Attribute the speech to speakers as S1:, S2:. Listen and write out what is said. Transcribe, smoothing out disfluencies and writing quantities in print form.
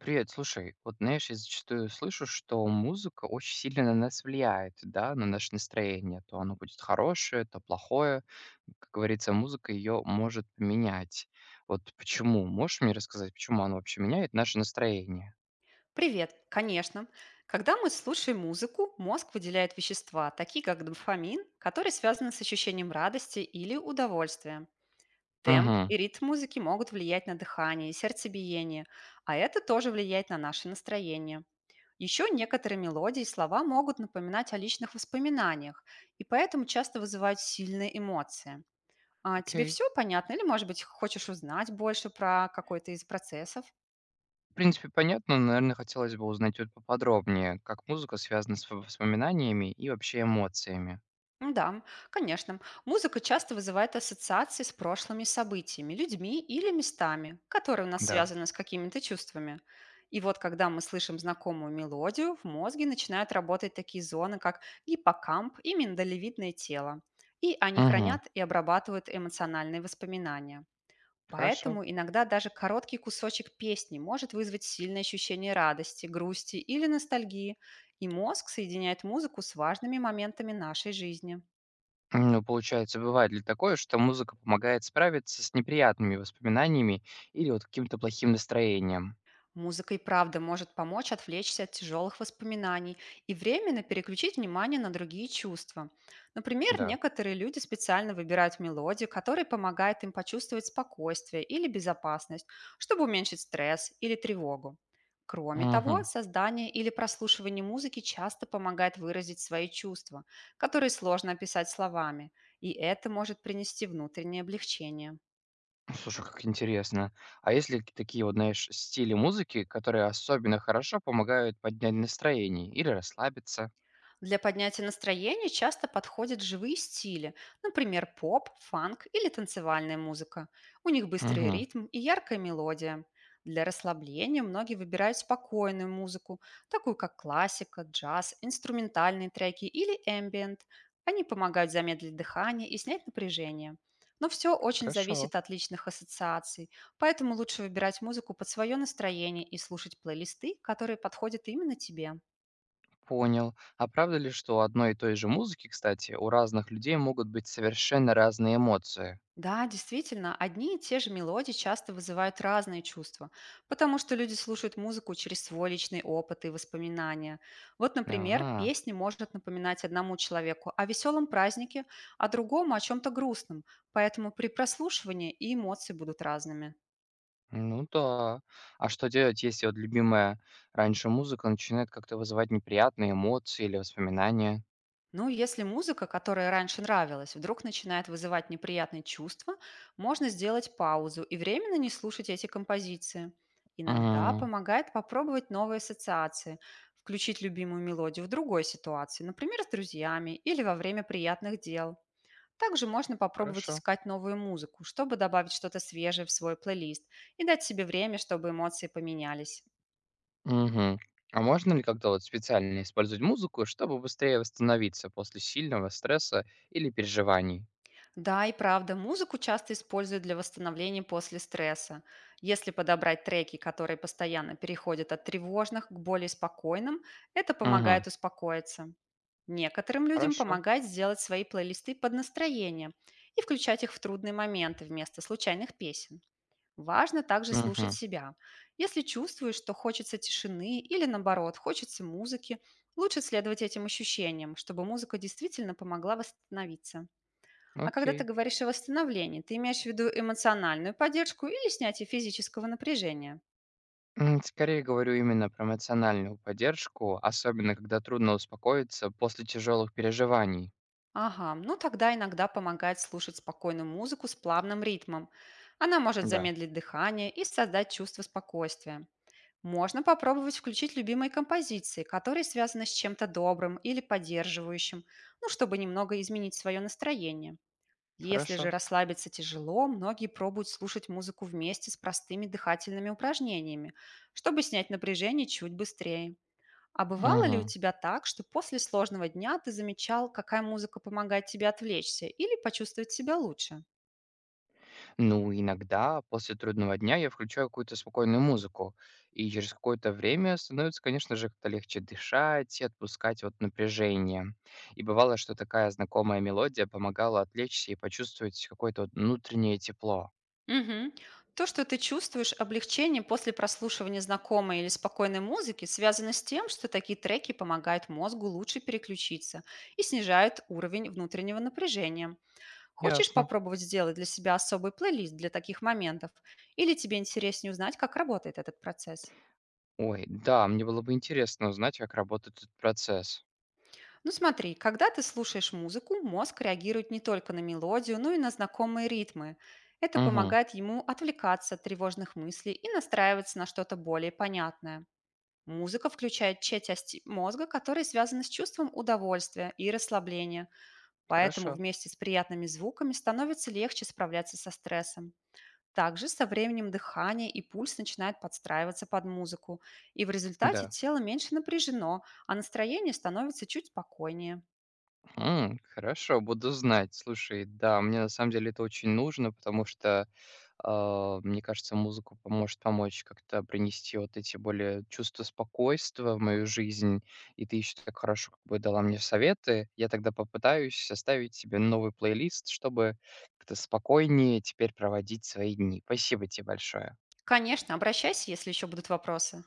S1: Привет, слушай, вот знаешь, я зачастую слышу, что музыка очень сильно на нас влияет, да, на наше настроение. То оно будет хорошее, то плохое. Как говорится, музыка ее может менять. Вот почему? Можешь мне рассказать, почему она вообще меняет наше настроение?
S2: Привет, конечно. Когда мы слушаем музыку, мозг выделяет вещества, такие как дофамин, которые связаны с ощущением радости или удовольствия. Темп
S1: Угу,
S2: и ритм музыки могут влиять на дыхание и сердцебиение, а это тоже влияет на наше настроение. Еще некоторые мелодии и слова могут напоминать о личных воспоминаниях, и поэтому часто вызывают сильные эмоции. А тебе
S1: окей.
S2: все понятно или, может быть, хочешь узнать больше про какой-то из процессов?
S1: В принципе, понятно, но, наверное, хотелось бы узнать вот поподробнее, как музыка связана с воспоминаниями и вообще эмоциями.
S2: Да, конечно. Музыка часто вызывает ассоциации с прошлыми событиями, людьми или местами, которые у нас
S1: Да.
S2: связаны с какими-то чувствами. И вот когда мы слышим знакомую мелодию, в мозге начинают работать такие зоны, как гиппокамп и миндалевидное тело. И они
S1: Угу,
S2: хранят и обрабатывают эмоциональные воспоминания.
S1: хорошо.
S2: Поэтому иногда даже короткий кусочек песни может вызвать сильное ощущение радости, грусти или ностальгии, и мозг соединяет музыку с важными моментами нашей жизни.
S1: Ну, получается, бывает ли такое, что музыка помогает справиться с неприятными воспоминаниями или вот каким-то плохим настроением?
S2: Музыка и правда может помочь отвлечься от тяжелых воспоминаний и временно переключить внимание на другие чувства. Например,
S1: Да.
S2: некоторые люди специально выбирают мелодию, которая помогает им почувствовать спокойствие или безопасность, чтобы уменьшить стресс или тревогу. Кроме
S1: Мгм.
S2: того, создание или прослушивание музыки часто помогает выразить свои чувства, которые сложно описать словами, и это может принести внутреннее облегчение.
S1: Слушай, как интересно. А есть ли такие вот, знаешь, стили музыки, которые особенно хорошо помогают поднять настроение или расслабиться?
S2: Для поднятия настроения часто подходят живые стили, например, поп, фанк или танцевальная музыка. У них быстрый
S1: Угу.
S2: ритм и яркая мелодия. Для расслабления многие выбирают спокойную музыку, такую как классика, джаз, инструментальные треки или эмбиент. Они помогают замедлить дыхание и снять напряжение. Но все очень
S1: Хорошо.
S2: зависит от личных ассоциаций, поэтому лучше выбирать музыку под свое настроение и слушать плейлисты, которые подходят именно тебе.
S1: Понял. А правда ли, что у одной и той же музыки, кстати, у разных людей могут быть совершенно разные эмоции?
S2: Да, действительно, одни и те же мелодии часто вызывают разные чувства, потому что люди слушают музыку через свой личный опыт и воспоминания. Вот, например,
S1: А.
S2: песня может напоминать одному человеку о веселом празднике, а другому о чем-то грустном, поэтому при прослушивании и эмоции будут разными.
S1: Ну да. А что делать, если вот любимая раньше музыка начинает как-то вызывать неприятные эмоции или воспоминания?
S2: Ну, если музыка, которая раньше нравилась, вдруг начинает вызывать неприятные чувства, можно сделать паузу и временно не слушать эти композиции. Иногда
S1: М,
S2: помогает попробовать новые ассоциации, включить любимую мелодию в другой ситуации, например, с друзьями или во время приятных дел. Также можно попробовать
S1: Хорошо.
S2: искать новую музыку, чтобы добавить что-то свежее в свой плейлист и дать себе время, чтобы эмоции поменялись.
S1: Мгм. А можно ли как-то вот специально использовать музыку, чтобы быстрее восстановиться после сильного стресса или переживаний?
S2: Да, и правда, музыку часто используют для восстановления после стресса. Если подобрать треки, которые постоянно переходят от тревожных к более спокойным, это
S1: Мгм.
S2: помогает успокоиться. Некоторым людям
S1: Хорошо.
S2: помогает сделать свои плейлисты под настроение и включать их в трудные моменты вместо случайных песен. Важно также слушать
S1: Мгм.
S2: себя. Если чувствуешь, что хочется тишины или наоборот, хочется музыки, лучше следовать этим ощущениям, чтобы музыка действительно помогла восстановиться. А когда ты
S1: Окей.
S2: говоришь о восстановлении, ты имеешь в виду эмоциональную поддержку или снятие физического напряжения?
S1: Скорее говорю именно про эмоциональную поддержку, особенно когда трудно успокоиться после тяжелых переживаний.
S2: Ага, ну тогда иногда помогает слушать спокойную музыку с плавным ритмом. Она может
S1: Да.
S2: замедлить дыхание и создать чувство спокойствия. Можно попробовать включить любимые композиции, которые связаны с чем-то добрым или поддерживающим, ну, чтобы немного изменить свое настроение. Если же
S1: Хорошо.
S2: расслабиться тяжело, многие пробуют слушать музыку вместе с простыми дыхательными упражнениями, чтобы снять напряжение чуть быстрее. А бывало ли у
S1: Мгм.
S2: тебя так, что после сложного дня ты замечал, какая музыка помогает тебе отвлечься или почувствовать себя лучше?
S1: Ну, иногда после трудного дня я включаю какую-то спокойную музыку, и через какое-то время становится, конечно же, как-то легче дышать и отпускать вот напряжение. И бывало, что такая знакомая мелодия помогала отвлечься и почувствовать какое-то вот внутреннее тепло.
S2: Мгм. То, что ты чувствуешь облегчение после прослушивания знакомой или спокойной музыки, связано с тем, что такие треки помогают мозгу лучше переключиться и снижают уровень внутреннего напряжения. Хочешь
S1: Ясно.
S2: попробовать сделать для себя особый плейлист для таких моментов? Или тебе интереснее узнать, как работает этот процесс?
S1: Ой, да, мне было бы интересно узнать, как работает этот процесс.
S2: Ну смотри, когда ты слушаешь музыку, мозг реагирует не только на мелодию, но и на знакомые ритмы. Это
S1: Угу,
S2: помогает ему отвлекаться от тревожных мыслей и настраиваться на что-то более понятное. Музыка включает часть мозга, которая связана с чувством удовольствия и расслабления, поэтому
S1: хорошо.
S2: вместе с приятными звуками становится легче справляться со стрессом. Также со временем дыхание и пульс начинают подстраиваться под музыку, и в результате
S1: Да.
S2: тело меньше напряжено, а настроение становится чуть спокойнее.
S1: Хорошо, буду знать. Слушай, да, мне на самом деле это очень нужно, потому что мне кажется, музыку поможет помочь как-то принести вот эти более чувства спокойствия в мою жизнь. И ты еще так хорошо как бы дала мне советы. Я тогда попытаюсь составить себе новый плейлист, чтобы как-то спокойнее теперь проводить свои дни. Спасибо тебе большое.
S2: Конечно, обращайся, если еще будут вопросы.